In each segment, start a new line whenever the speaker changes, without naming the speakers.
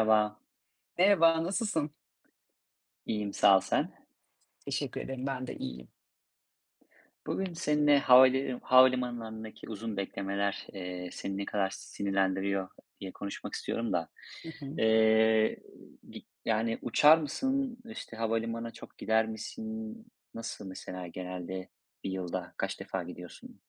Merhaba,
Merhaba, nasılsın?
iyiyim sağ ol sen.
Teşekkür ederim, ben de iyiyim.
Bugün seninle havalimanlarındaki uzun beklemeler, seni ne kadar sinirlendiriyor diye konuşmak istiyorum da.
Hı hı.
Eee, gi yani uçar mısın, işte, havalimanına çok gider misin? Nasıl mesela genelde bir yılda kaç defa gidiyorsun?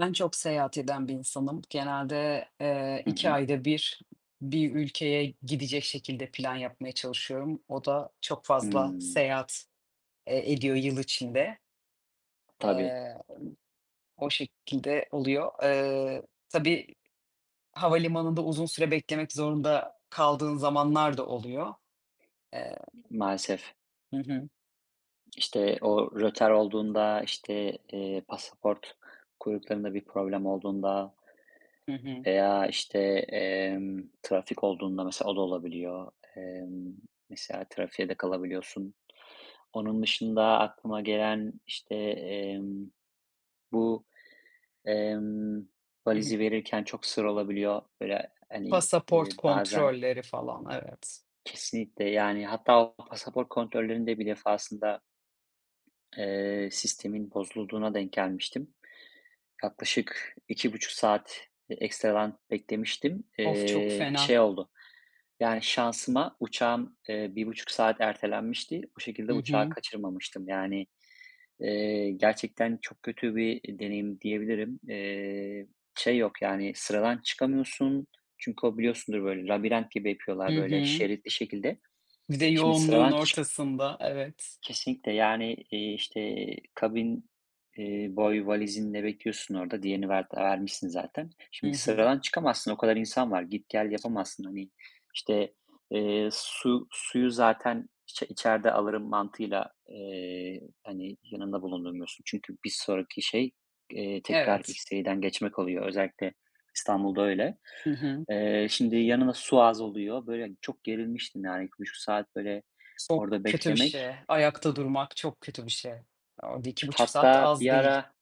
Ben çok seyahat eden bir insanım. Genelde,
Hı
2
hı.
ayda bir, bir ülkeye gidecek şekilde plan yapmaya çalışıyorum. O da çok fazla
Hımm.
seyahat, ediyor yıl içinde.
Tabii,
Eee, o şekilde oluyor. Tabii havalimanında uzun süre beklemek zorunda kaldığın zamanlar da oluyor. Eee
maalesef.
Hı hı,
İşte, o rötar olduğunda, işte, pasaport kuyruklarında bir problem olduğunda,
hı hı,
veya, işte, trafik olduğunda mesela o da olabiliyor. Mesela trafiğe de kalabiliyorsun. Onun dışında aklıma gelen, işte, bu, emm,
hı hı.
valizi verirken çok sır olabiliyor. Böyle, hani,
Pasaport
bazen
kontrolleri falan, evet.
kesinlikle, yani, hatta o pasaport kontrollerinde bir defasında, sistemin bozulduğuna denk gelmiştim. Yaklaşık 2,5 saat ekstradan beklemiştim.
Of, çok fena.
Şey oldu, yani, şansıma uçağım, 1,5 saat ertelenmişti. O şekilde
Hı
uçağı
hı.
kaçırmamıştım. Yani, gerçekten çok kötü bir deneyim diyebilirim. Şey yok, yani, sıradan çıkamıyorsun. Çünkü o biliyorsundur, böyle, labirent gibi yapıyorlar,
Hı
böyle,
hı.
şeritli şekilde.
Bir de
Şimdi
yoğunluğun
sıradan çık...
ortasında, evet.
Kesinlikle, yani, işte, kabin, boy valizinle bekliyorsun orada. Diğerini vermişsin zaten.
Hı
Şimdi
hı.
sıradan çıkamazsın. O kadar insan var. Git gel yapamazsın. Hani, işte, su suyu zaten içeride alırım mantığıyla, hani, yanında bulundurmuyorsun. Çünkü bir sonraki şey, tekrar
Evet.
X-ray'den geçmek oluyor. Özellikle İstanbul'da öyle.
Hı hı.
Şimdi yanına su az oluyor. Böyle, çok gerilmiştim yani 2,5 saat böyle
Çok
orada
kötü bir
beklemek,
şey. Ayakta durmak çok kötü bir şey. Orada 2,5 saat
hatta
az
bir
değil.
ara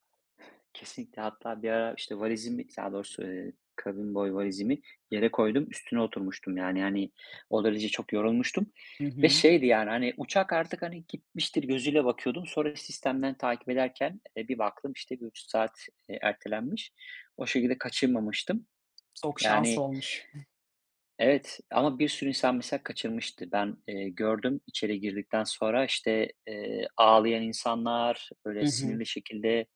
kesinlikle, hatta bir ara, işte, valizimi, daha doğrusu, kabin boyu valizimi yere koydum, üstüne oturmuştum. Yani, hani, o derece çok yorulmuştum
Hı
ve
hı.
şeydi, yani, hani, uçak artık, hani, gitmiştir gözüyle bakıyordum. Sonra sistemden takip ederken, bir baktım, işte, 1,5 saat, ertelenmiş. O şekilde kaçırmamıştım.
Çok şans
Yani,
olmuş.
evet ama bir sürü insan mesela kaçırmıştı. Ben, gördüm içeri girdikten sonra, işte, ağlayan insanlar, böyle,
Hı hı.
sinirli şekilde,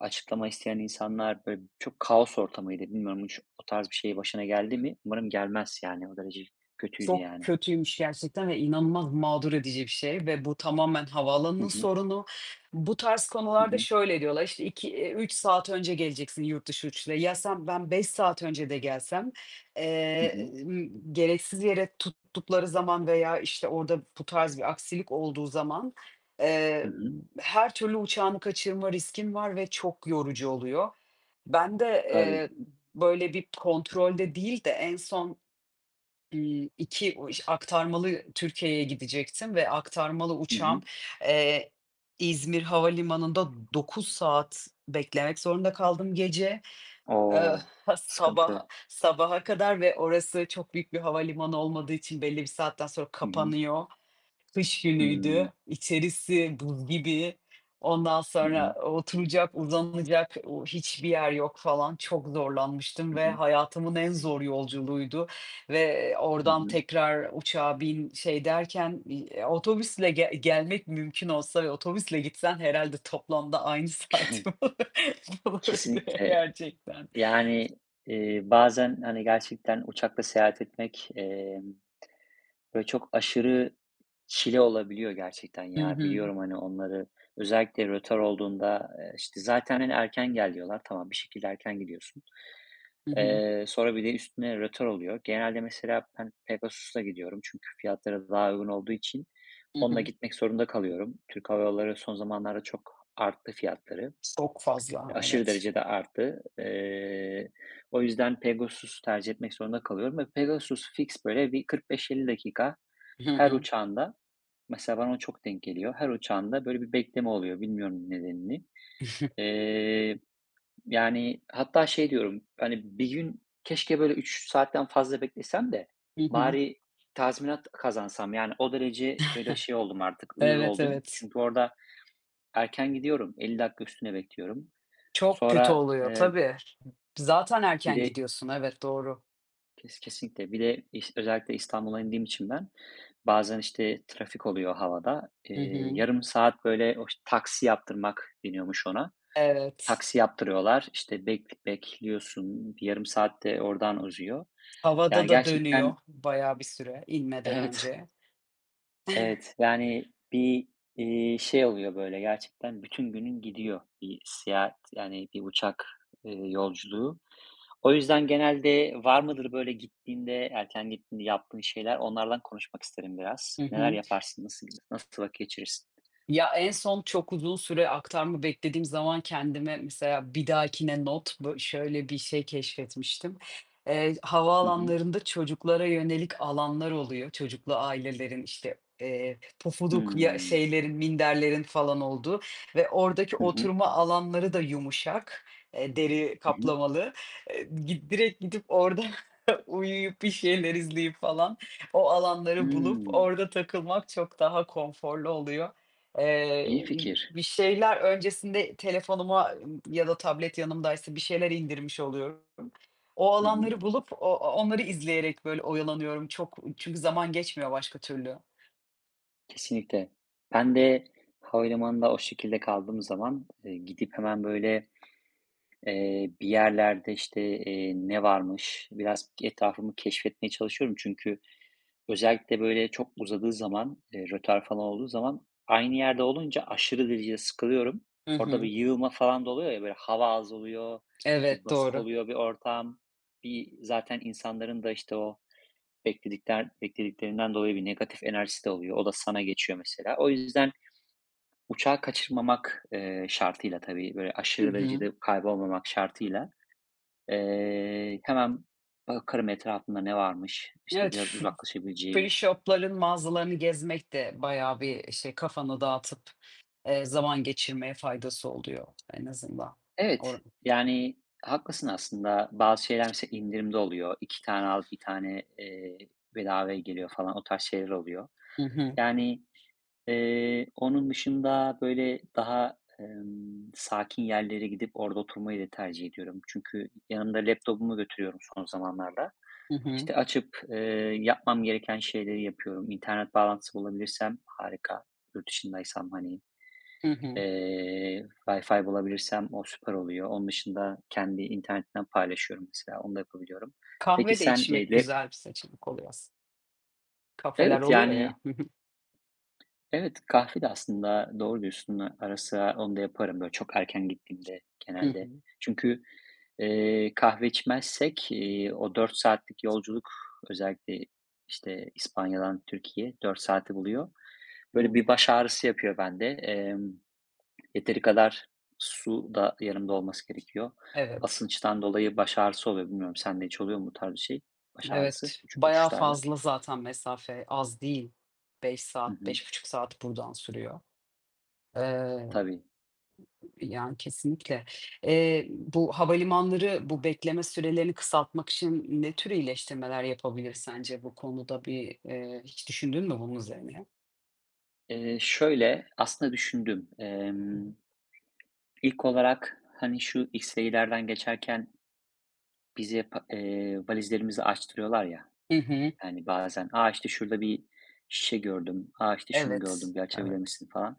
açıklama isteyen insanlar, böyle, çok kaos ortamıydı. Bilmiyorum hiç o tarz bir şey başına geldi mi? Umarım gelmez yani, o derece kötüydü
Çok
yani.
kötüymüş gerçekten ve inanılmaz mağdur edici bir şey ve bu tamamen
Hı
havaalanının
hı.
sorunu. Bu tarz
Hı
konularda
hı.
şöyle diyorlar, işte, 2 3 saat önce geleceksin yurt dışı uçuşla. Ya, sen ben 5 saat önce de gelsem,
Hı hı.
gereksiz yere tuttukları zaman veya, işte, orada bu tarz bir aksilik olduğu zaman,
Hı
eee,
hı.
her türlü uçağını kaçırma riskin var ve çok yorucu oluyor. Ben de,
Tabii.
böyle bir kontrolde değil de en son İii, 2 o iş aktarmalı Türkiye'ye gidecektim ve aktarmalı
Hı
uçağım,
hı.
eee, İzmir Havalimanı'nda 9 saat beklemek zorunda kaldım gece. Eee,
O!
ha sabaha
Sıkıntı.
sabaha kadar ve orası çok büyük bir havalimanı olmadığı için belli bir saatten sonra
Hı hı.
kapanıyor. Kış
Hımm.
günüydü, içerisi buz gibi. Ondan
Hı
sonra
hı.
oturacak, uzanacak o hiçbir yer yok falan. Çok zorlanmıştım
Hı
ve
hı.
hayatımın en zor yolculuğuydu ve
Hı
oradan
hı.
tekrar uçağa bin şey derken, otobüsle gelmek mümkün olsa ve otobüsle gitsen herhalde toplamda aynı saati bulurdu
Kesinlikle.
gerçekten.
Yani, bazen, hani, gerçekten uçakla seyahat etmek, böyle çok aşırı çile olabiliyor gerçekten
Hı
ya.
hı.
Biliyorum hani onları. Özellikle rötar olduğunda, işte, zaten, hani, erken gel diyorlar. Tamam, bir şekilde erken gidiyorsun.
Hı hı.
Sonra bir de üstüne rötar oluyor. Genelde mesela ben Pegasus'la gidiyorum çünkü fiyatları daha uygun olduğu için
Hı
onunla
hı.
gitmek zorunda kalıyorum. Türk Hava Yolları son zamanlarda çok arttı fiyatları.
Çok fazla,
Aşırı
evet.
derecede arttı. O yüzden Pegasus tercih etmek zorunda kalıyorum ve Pegasus fix böyle bir 45-50 dakika
Hı
her
hı.
uçağında, mesela bana o çok denk geliyor, her uçağında böyle bir bekleme oluyor, bilmiyorum nedenini. Eee, Yani hatta şey diyorum, hani bir gün keşke böyle 3 saatten fazla beklesem de
Hı hı.
bari tazminat kazansam. Yani o derece böyle şey oldum artık, uyuz
Evet,
oldum.
evet.
Çünkü orada erken gidiyorum, 50 dakika üstüne bekliyorum.
Çok kötü
Sonra,
oluyor tabii. Zaten
bir
erken
de
gidiyorsun, evet, doğru.
kesinlikle. Bir de iş özellikle İstanbul'a indiğim için ben bazen, işte, trafik oluyor havada.
Hı hı.
Yarım saat, böyle, o taksi yaptırmak deniyormuş ona.
Evet,
Taksi yaptırıyorlar. İşte, bekliyorsun. Bir yarım saat de oradan uzuyor.
havada
Yani
da dönüyor
gerçekten...
bayağı bir süre inmeden
Evet,
önce.
evet. Yani bir, şey oluyor, böyle, gerçekten bütün günün gidiyor bir seyahat, yani bir uçak, yolculuğu. O yüzden genelde var mıdır böyle gittiğinde, erken gittiğinde yaptığın şeyler? Onlardan konuşmak isterim biraz.
Hı
Neler
hı.
yaparsın? Nasıl vakit geçirirsin?
Ya, en son çok uzun süre aktarma beklediğim zaman kendime mesela bir dahakine not, şöyle bir şey keşfetmiştim.
Hı hı.
Havaalanlarında çocuklara yönelik alanlar oluyor. Çocuklu ailelerin, işte, pofuduk ya
Hımm.
şeylerin, minderlerin falan olduğu ve oradaki
Hı hı.
oturma alanları da yumuşak, deri
Hı hı.
kaplamalı. Gi direkt gidip orada uyuyup bir şeyler izleyip falan o alanları bulup
Hımm.
orada takılmak çok daha konforlu oluyor.
İyi fikir.
Bir şeyler öncesinde telefonuma ya da tablet yanımdaysa bir şeyler indirmiş oluyorum. O
Hı hı.
alanları bulup o o onları izleyerek böyle oyalanıyorum. Çok çünkü zaman geçmiyor başka türlü.
Kesinlikle. Ben de havalimanında o şekilde kaldığım zaman, gidip hemen böyle, bir yerlerde, işte, ne varmış biraz etrafımı keşfetmeye çalışıyorum. Çünkü özellikle böyle çok uzadığı zaman, rötar falan olduğu zaman aynı yerde olunca aşırı derecede sıkılıyorum.
Hı
Orada
hı.
bir yığılma falan da oluyor ya, böyle hava az oluyor, bir
Evet,
basık
doğru.
oluyor bir ortam. Bir zaten insanların da işte o beklediklerinden dolayı bir negatif enerjisi de oluyor. O da sana geçiyor mesela. O yüzden uçağı kaçırmamak, şartıyla tabii, böyle
Hı
aşırı
hı.
derecede kaybolmamak şartıyla, hemen bakarım etrafımda ne varmış, işte
Evet.
biraz
Free
uzaklaşabileceğim...
shop'ların mağazalarını gezmek de bayağı bir şey kafanı dağıtıp, zaman geçirmeye faydası oluyor en azından.
Evet,
Or
yani haklısın aslında. Bazı şeyler mesela indirimde oluyor. 2 tane al, bir tane, bedavaya geliyor falan. O tarz şeyler oluyor.
Hı hı.
Yani, onun dışında, böyle, daha, sakin yerlere gidip orada oturmayı da tercih ediyorum. Çünkü yanımda laptopumu götürüyorum son zamanlarda.
Hı hı.
İşte, açıp, yapmam gereken şeyleri yapıyorum. İnternet bağlantısı bulabilirsem harika, yurt dışındaysam, hani.
Hı hı.
Wi-Fi bulabilirsem o süper oluyor. Onun dışında kendi internetimden paylaşıyorum mesela, onu da yapabiliyorum. Peki
Kahve de
sen,
içmek
lap...
güzel bir seçenek oluyor Kafeler
Evet,
oluyor ya.
yani,
Hı hı.
evet, kahve de aslında doğru diyorsun. Ara sıra onu da yaparım böyle çok erken gittiğimde
Hı
genelde.
hı.
Çünkü, kahve içmezsek, o 4 saatlik yolculuk özellikle, işte, İspanya'dan Türkiye 4 saati buluyor. Böyle
Hı.
bir baş ağrısı yapıyor bende. Yeteri kadar su da yanımda olması gerekiyor.
Evet,
Basınçtan dolayı baş ağrısı oluyor. Bilmiyorum sende hiç oluyor mu bu tarz bir şey? Baş ağrısı
evet.
uç-
Bayağı
uçuşlarda.
fazla zaten mesafe az değil. 5
Hı
saat,
hı,
5,5 saat buradan sürüyor. Eee
tabii.
Yani, kesinlikle. Bu havalimanları, bu bekleme sürelerini kısaltmak için ne tür iyileştirmeler yapabilir sence bu konuda bir, hiç düşündün mü bunun üzerine?
Şöyle aslında düşündüm.
Hı hı.
İlk olarak hani şu X-ray'lerden geçerken bize valizlerimizi açtırıyorlar ya. Yani, bazen, "A, işte, şurada bir şişe gördüm. A, işte, şunu
Evet,
gördüm, bir açabilir
evet.
misin?" falan.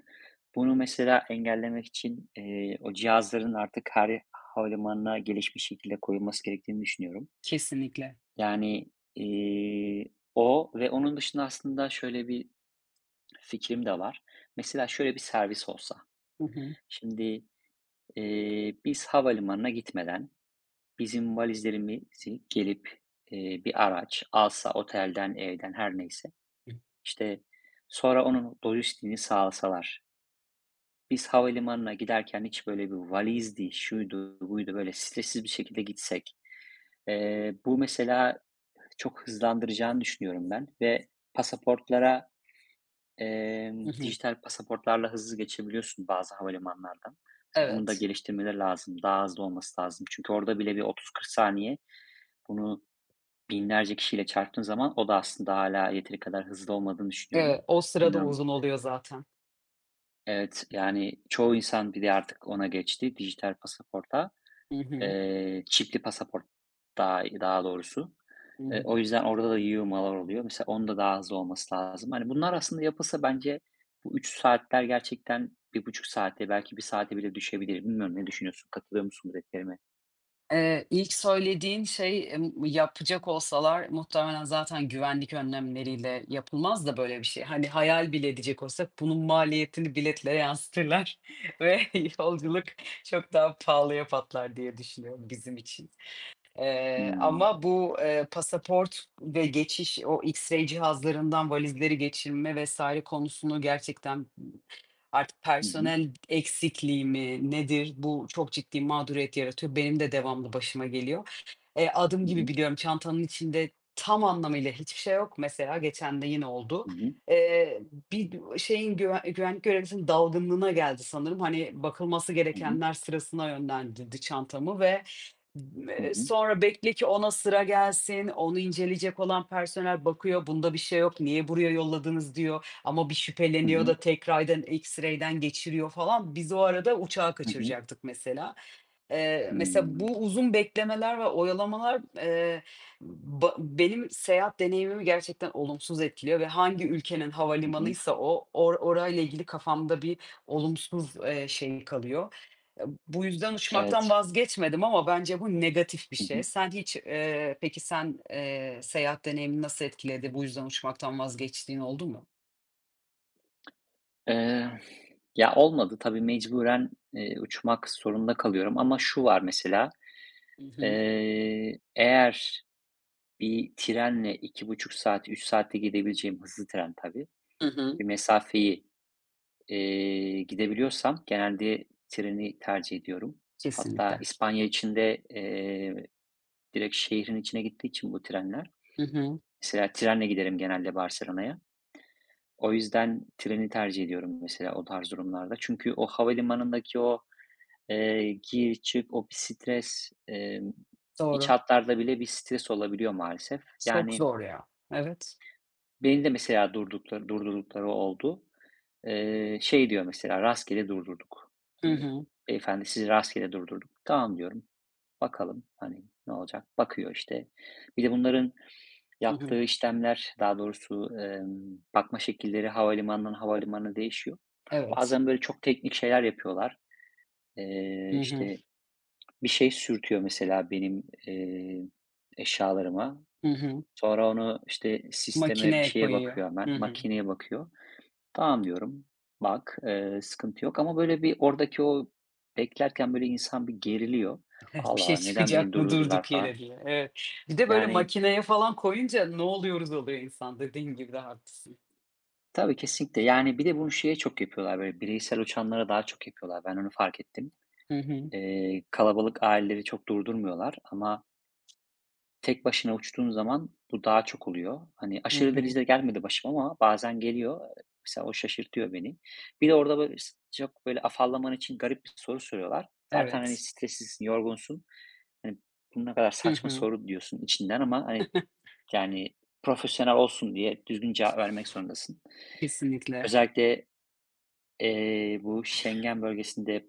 Bunu mesela engellemek için, o cihazların artık her havalimanına gelişmiş şekilde koyulması gerektiğini düşünüyorum.
Kesinlikle.
Yani, o ve onun dışında aslında şöyle bir fikrim de var. Mesela şöyle bir servis olsa.
Hı.
Şimdi, biz havalimanına gitmeden bizim valizlerimizi gelip, bir araç alsa otelden, evden her neyse,
Hı.
İşte, sonra onun lojistiğini sağlasalar. Biz havalimanına giderken hiç böyle bir valizdi, şuydu, buydu, böyle stressiz bir şekilde gitsek. Bu mesela çok hızlandıracağını düşünüyorum ben ve pasaportlara,
Hı hı.
dijital pasaportlarla hızlı geçebiliyorsun bazı havalimanlardan. Mesela bunu da
Evet.
geliştirmeleri lazım. Daha hızlı olması lazım. Çünkü orada bile bir 30-40 saniye, bunu binlerce kişiyle çarptığın zaman o da aslında hala yeteri kadar hızlı olmadığını düşünüyorum.
Evet, o sırada
Bilmiyorum...
uzun oluyor zaten.
Evet, yani çoğu insan bir de artık ona geçti, dijital pasaporta.
Hı hı.
Çipli pasaport daha doğrusu.
Hı hı.
O yüzden orada da yığılmalar oluyor. Mesela onun da daha hızlı olması lazım. Hani bunlar aslında yapılsa bence bu 3 saatler gerçekten 1,5 saate belki bir saate bile düşebilir. Bilmiyorum ne düşünüyorsun? Katılıyor musun bu dediklerime?
İlk söylediğin şey, yapacak olsalar muhtemelen zaten güvenlik önlemleriyle yapılmaz da böyle bir şey. Hani, hayal bile edecek olsak bunun maliyetini biletlere yansıtırlar ve yolculuk çok daha pahalıya patlar diye düşünüyorum bizim için.
Hımm.
Ama bu, pasaport ve geçiş, o X-ray cihazlarından valizleri geçirme vesaire konusunu gerçekten. Artık
Hı hı.
personel eksikliği mi nedir? Bu çok ciddi mağduriyet yaratıyor. Benim de devamlı başıma geliyor. Adım
Hı
gibi
hı.
biliyorum çantanın içinde tam anlamıyla hiçbir şey yok. Mesela geçen de yine oldu.
Hı hı.
Eee, bir şeyin güvenlik görevlisinin dalgınlığına geldi sanırım. Hani bakılması
Hı hı.
gerekenler sırasına yönlendirdi çantamı ve,
Hı hı.
sonra bekle ki ona sıra gelsin, onu inceleyecek olan personel bakıyor, bunda bir şey yok, niye buraya yolladınız diyor. Ama bir
Hı
şüpheleniyor
hı.
da tekrardan X-ray'den geçiriyor falan. Biz o arada uçağı
Hı hı.
kaçıracaktık mesela. Mesela
Hımm.
bu uzun beklemeler ve oyalamalar, ba benim seyahat deneyimimi gerçekten olumsuz etkiliyor ve hangi ülkenin
Hı hı.
havalimanıysa o, orayla ilgili kafamda bir olumsuz, şey kalıyor. Bu yüzden uçmaktan
Evet.
vazgeçmedim ama bence bu negatif bir
Hı hı.
şey.
Evet.
Peki sen, seyahat deneyimini nasıl etkiledi? Bu yüzden uçmaktan vazgeçtiğin oldu mu?
Eee, Ya, olmadı. Tabii mecburen, uçmak zorunda kalıyorum ama şu var mesela,
Hı hı.
eğer bir trenle 2,5 saat, 3 saatte gidebileceğim hızlı tren tabii,
Hı hı.
bir mesafeyi, gidebiliyorsam genelde treni tercih ediyorum. Hatta
Kesinlikle.
İspanya içinde de direkt şehrin içine gittiği için bu trenler,
Hı hı.
mesela trenle giderim genelde Barcelona'ya. O yüzden treni tercih ediyorum mesela o tarz durumlarda. Çünkü o havalimanındaki o... Gir çık, o bir stres, iç
Doğru.
hatlarda bile bir stres olabiliyor maalesef.
Çok
Yani,
zor ya. Evet.
beni de mesela durdurdukları oldu. Şey diyor mesela, "Rastgele durdurduk."
Hı
Hani,
hı.
"Beyefendi, sizi rastgele durdurduk." "Tamam." diyorum. "Bakalım, hani, ne olacak?" Bakıyor işte. Bir de bunların
Hı hı.
yaptığı işlemler, daha doğrusu, bakma şekilleri havalimanından havalimanına değişiyor.
Evet.
Bazen böyle çok teknik şeyler yapıyorlar.
Hı hı.
İşte bir şey sürtüyor mesela benim, eşyalarıma.
Hı hı.
Sonra onu, işte, sisteme, bir
Makineye
şeye
koyuyor.
bakıyor hemen,
Hı hı.
makineye bakıyor. "Tamam." diyorum. "Bak, sıkıntı yok." Ama, böyle, bir oradaki o beklerken, böyle, insan bir geriliyor.
Evet, bir
"Allah
şey
Allah, neden beni
çıkacak mı
durdururlar
durduk
falan."
yere diye. Evet. Bir de böyle
Yani...
makineye falan koyunca ne oluyoruz oluyor insan. Dediğin gibi de haklısın.
Tabii, kesinlikle. Yani bir de bunu şeye çok yapıyorlar, böyle, bireysel uçanlara daha çok yapıyorlar. Ben onu fark ettim.
Hı hı.
Kalabalık aileleri çok durdurmuyorlar ama tek başına uçtuğun zaman bu daha çok oluyor. Hani
Hı
aşırı
hı.
derecede gelmedi başıma ama bazen geliyor, mesela o şaşırtıyor beni. Bir de orada böyle çok böyle afallaman için garip bir soru soruyorlar. Zaten, hani,
Evet.
streslisin, yorgunsun. Hani, "Bu ne kadar
Hı
saçma
hı.
soru." diyorsun içinden ama, hani, yani, profesyonel olsun diye düzgün cevap vermek zorundasın.
Kesinlikle.
Özellikle, bu Schengen bölgesinde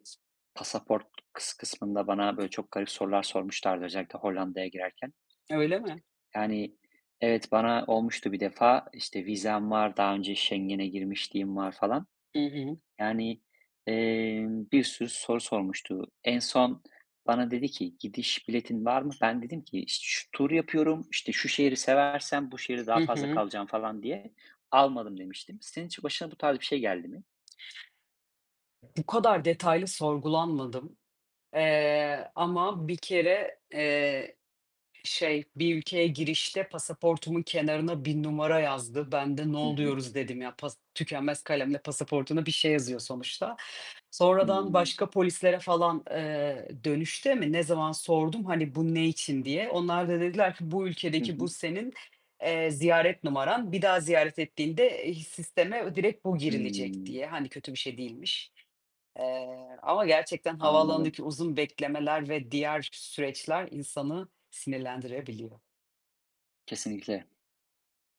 pasaport kısmında bana böyle çok garip sorular sormuşlardı özellikle Hollanda'ya girerken.
Öyle mi?
Yani, evet, bana olmuştu bir defa. İşte vizem var, daha önce Schengen'e girmişliğim var falan.
Hı hı.
Yani, bir sürü soru sormuştu. En son bana dedi ki, "Gidiş biletin var mı?" Ben dedim ki, "İşte, şu turu yapıyorum, işte, şu şehri seversem bu şehirde
Hı
daha fazla
hı.
kalacağım." falan diye almadım demiştim. Senin hiç başına bu tarz bir şey geldi mi?
Bu kadar detaylı sorgulanmadım. Ama bir kere, şey, bir ülkeye girişte pasaportumun kenarına bir numara yazdı. Ben de "Ne
Hı hı.
oluyoruz?" dedim ya. Tükenmez kalemle pasaportuna bir şey yazıyor sonuçta. Sonradan
Hımm.
başka polislere falan, dönüşte mi ne zaman sordum, hani, "Bu ne için?" diye. Onlar da dediler ki, "Bu
Hı
ülkedeki bu
hı.
senin, ziyaret numaran. Bir daha ziyaret ettiğinde, sisteme direkt bu girilecek."
Hımm.
diye. Hani, kötü bir şey değilmiş. Ama gerçekten
Anladım.
havaalanındaki uzun beklemeler ve diğer süreçler insanı sinirlendirebiliyor.
Kesinlikle.